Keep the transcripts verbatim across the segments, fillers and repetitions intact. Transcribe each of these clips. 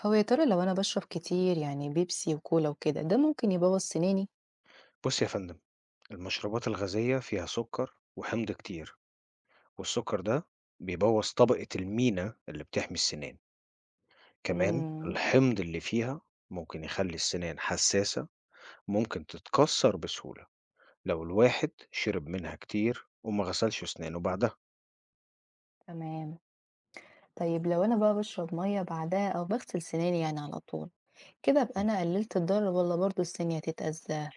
هو يا ترى لو أنا باشرب كتير يعني بيبسي وكولا وكده ده ممكن يبوظ سناني؟ بُص يا فندم، المشروبات الغازية فيها سُكّر وحمض كتير، والسُكّر ده بيبوّظ طبقة المينا اللي بتحمي السنان، كمان امم الحمض اللي فيها ممكن يخلّي السنان حسّاسة، ممكن تتكسّر بسهولة لو الواحد شرب منها كتير وما غسلش أسنانه بعدها. تمام. طيب لو أنا بقى بشرب مية بعدها أو بغسل سناني يعني على طول كده أبقى إمم. أنا قللت الضرر ولا برضه السن هتتأذى؟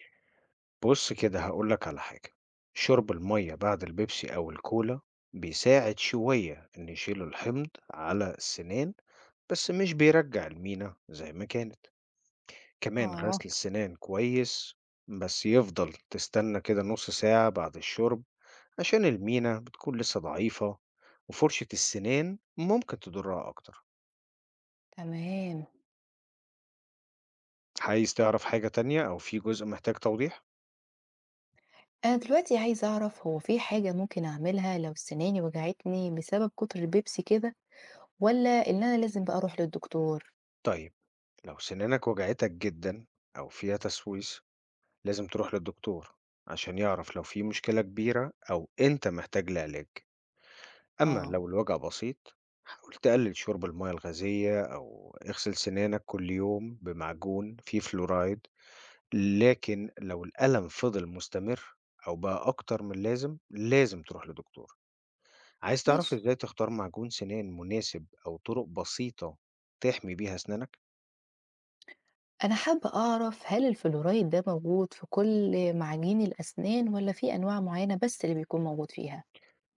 بُص كده هاقول لك على حاجة، شُرب المَيّة بعد البيبسي أو الكولا بيساعد شوية إن يشيلوا الحمض على السنان، بس مش بيرجّع المينا زي ما كانت. كمان غسل اه، السنان كويس بس يفضل تستنى كده نص ساعة بعد الشرب عشان المينا بتكون لسه ضعيفة وفرشة السنان ممكن تضرها أكتر. تمام. عايز تعرف حاجة تانية أو في جزء محتاج توضيح؟ أنا دلوقتي عايزة أعرف هو في حاجة ممكن أعملها لو سناني وجعتني بسبب كتر البيبسي كده ولا إن أنا لازم بقى أروح للدكتور؟ طيب لو سنانك وجعتك جدا أو فيها تسويس لازم تروح للدكتور عشان يعرف لو في مشكلة كبيرة أو أنت محتاج لعلاج. أما اه، لو الوجع بسيط حاول تقلل شرب المياه الغازية أو اغسل سنانك كل يوم بمعجون فيه فلورايد. لكن لو الألم فضل مستمر أو بقى أكتر من لازم لازم تروح لدكتور. عايز تعرف ماشي. إزاي تختار معجون سنان مناسب أو طرق بسيطة تحمي بيها أسنانك؟ أنا حابة أعرف هل الفلورايد ده موجود في كل معجين الأسنان والّا في أنواع معينة بس اللي بيكون موجود فيها؟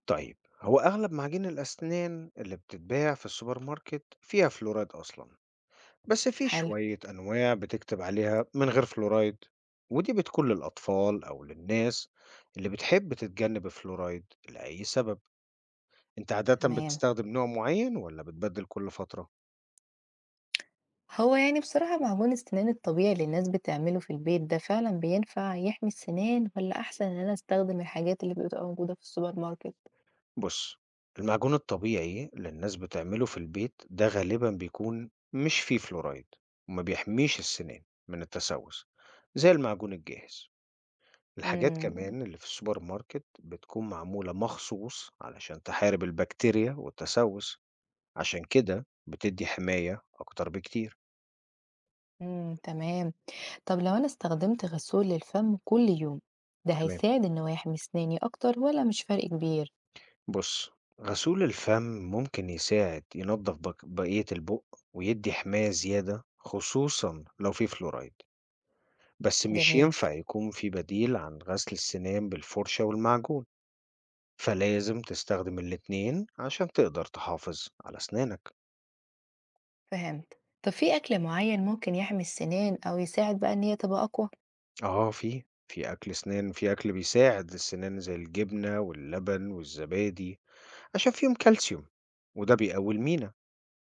طيب هو أغلب معاجين الأسنان اللي بتتباع في السوبر ماركت فيها فلورايد أصلا، بس في حلو، شوية أنواع بتكتب عليها من غير فلورايد، ودي بتكون للأطفال أو للناس اللي بتحب تتجنب الفلورايد لأي سبب. أنت عادة تمام. بتستخدم نوع معين ولا بتبدل كل فترة؟ هو يعني بصراحة معجون السنان الطبيعي اللي الناس بتعمله في البيت ده فعلًا بينفع يحمي السنان والّا أحسن إن أنا أستخدم الحاجات اللي بتبقى موجودة في السوبر ماركت؟ بص، المعجون الطبيعي اللي الناس بتعمله في البيت ده غالبا بيكون مش فيه فلورايد وما بيحميش السنان من التسوس زي المعجون الجاهز. الحاجات إمم، كمان اللي في السوبر ماركت بتكون معمولة مخصوص علشان تحارب البكتيريا والتسوس، عشان كده بتدّي حماية أكتر بكتير. إمم، تمام. طب لو أنا استخدمت غسول للفم كل يوم، ده تمام. هيساعد إن هو يحمي أسناني أكتر والّا مش فرق كبير؟ بُص، غسول الفم ممكن يساعد ينضّف بق بقية البُق ويدّي حماية زيادة خصوصًا لو في فلورايد، بس مش جميل. ينفع يكون في بديل عن غسل السنان بالفرشة والمعجون، فلازم تستخدم الاتنين عشان تقدر تحافظ على أسنانك. فهمت. طب في أكل معين ممكن يحمي السنان أو يساعد بقى إن هي تبقى أقوى؟ آه، في، في أكل سنان في أكل بيساعد السنان زي الجبنة واللبن والزبادي عشان فيهم كالسيوم وده بيقوي المينا.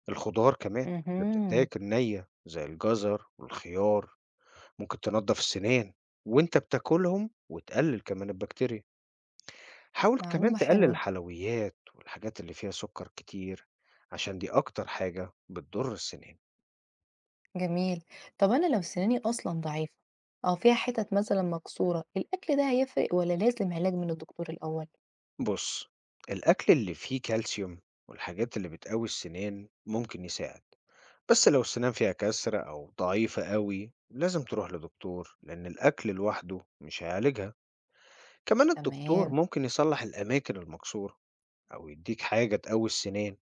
الخضار كمان اللي امم بتتاكل نية زي الجزر والخيار ممكن تنضف السنان وانت بتاكلهم وتقلل كمان البكتيريا. حاول كمان معلومة تقلل حلوة. الحلويات والحاجات اللي فيها سكر كتير عشان دي اكتر حاجة بتضر السنان. جميل. طب أنا لو سناني أصلا ضعيفة أو فيها حتت مثلا مكسورة الأكل ده هيفرق ولا لازم علاج من الدكتور الأول؟ بص، الاكل اللي فيه كالسيوم والحاجات اللي بتقوي السنان ممكن يساعد، بس لو السنان فيها كسرة او ضعيفة قوي لازم تروح لدكتور لان الاكل لوحده مش هيعالجها. كمان الدكتور تمام. ممكن يصلح الأماكن المكسورة أو يديك حاجة تقوي السنان،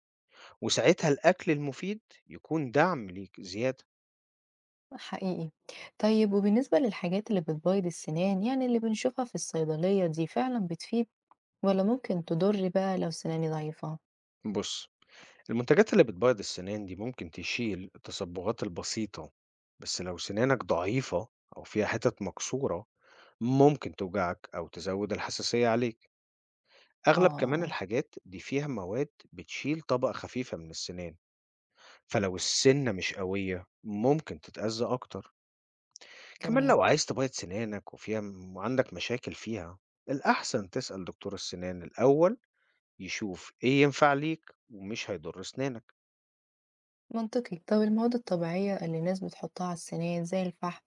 وساعتها الأكل المفيد يكون دعم ليك زيادة. حقيقي. طيب وبالنسبة للحاجات اللي بتبيض السنان يعني اللي بنشوفها في الصيدلية دي فعلا بتفيد ولا ممكن تضر بقى لو سناني ضعيفة؟ بص، المنتجات اللي بتبيض السنان دي ممكن تشيل التصبغات البسيطة، بس لو سنانك ضعيفة أو فيها حتت مكسورة ممكن توجعك أو تزود الحساسية عليك. أغلب كمان آه. الحاجات دي فيها مواد بتشيل طبقة خفيفة من السنان، فلو السنة مش قوية ممكن تتأذى أكتر. كمان جميل. لو عايز تبيض سنانك وفيها م- وعندك مشاكل فيها، الأحسن تسأل دكتور السنان الأول يشوف إيه ينفع ليك ومش هيضر سنانك. منطقي. طب المواد الطبيعية اللي الناس بتحطها على السنان زي الفحم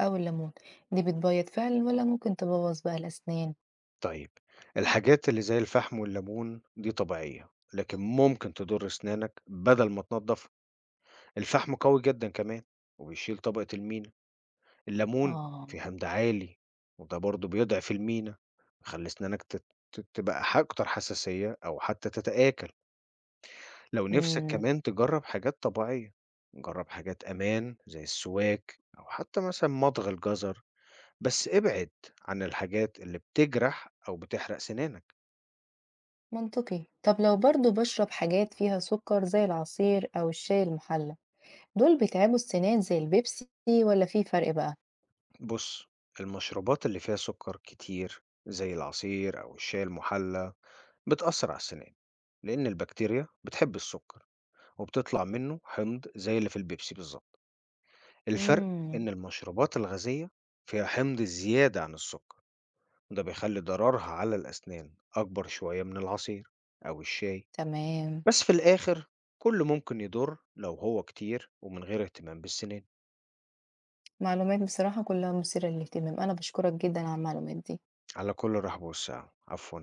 أو الليمون، دي بتبيض فعلًا والّا ممكن تبوظ بقى الأسنان؟ طيب، الحاجات اللي زي الفحم والليمون دي طبيعية لكن ممكن تضر سنانك بدل ما تنضف. الفحم قوي جدا كمان وبيشيل طبقة المينا. الليمون آه، فيه حمض عالي وده برضه بيضعف المينا، بيخلي سنانك تت- تت- تبقى أكتر حساسية أو حتى تتآكل. لو نفسك إمم، كمان تجرب حاجات طبيعية، جرب حاجات أمان زي السواك أو حتى مثلا مضغ الجزر، بس ابعد عن الحاجات اللي بتجرح أو بتحرق سنانك. منطقي. طب لو برضه باشرب حاجات فيها سكر زي العصير أو الشاي المحلى، دول بيتعبوا السنان زي البيبسي والّا في فرق بقى؟ بص، المشروبات اللي فيها سكر كتير زي العصير أو الشاي المحلى بتأثر على السنان لأن البكتيريا بتحب السكر وبتطلع منه حمض زي اللي في البيبسي بالظبط. الفرق إمم، إن المشروبات الغازية فيها حمض زيادة عن السكر، وده بيخلي ضررها على الأسنان أكبر شوية من العصير أو الشاي، تمام، بس في الآخر كله ممكن يضر لو هو كتير ومن غير اهتمام بالسنين. معلومات بصراحة كلها مثيرة للاهتمام، أنا باشكرك جدًا على المعلومات دي. على كل رحب والسعة، عفوا.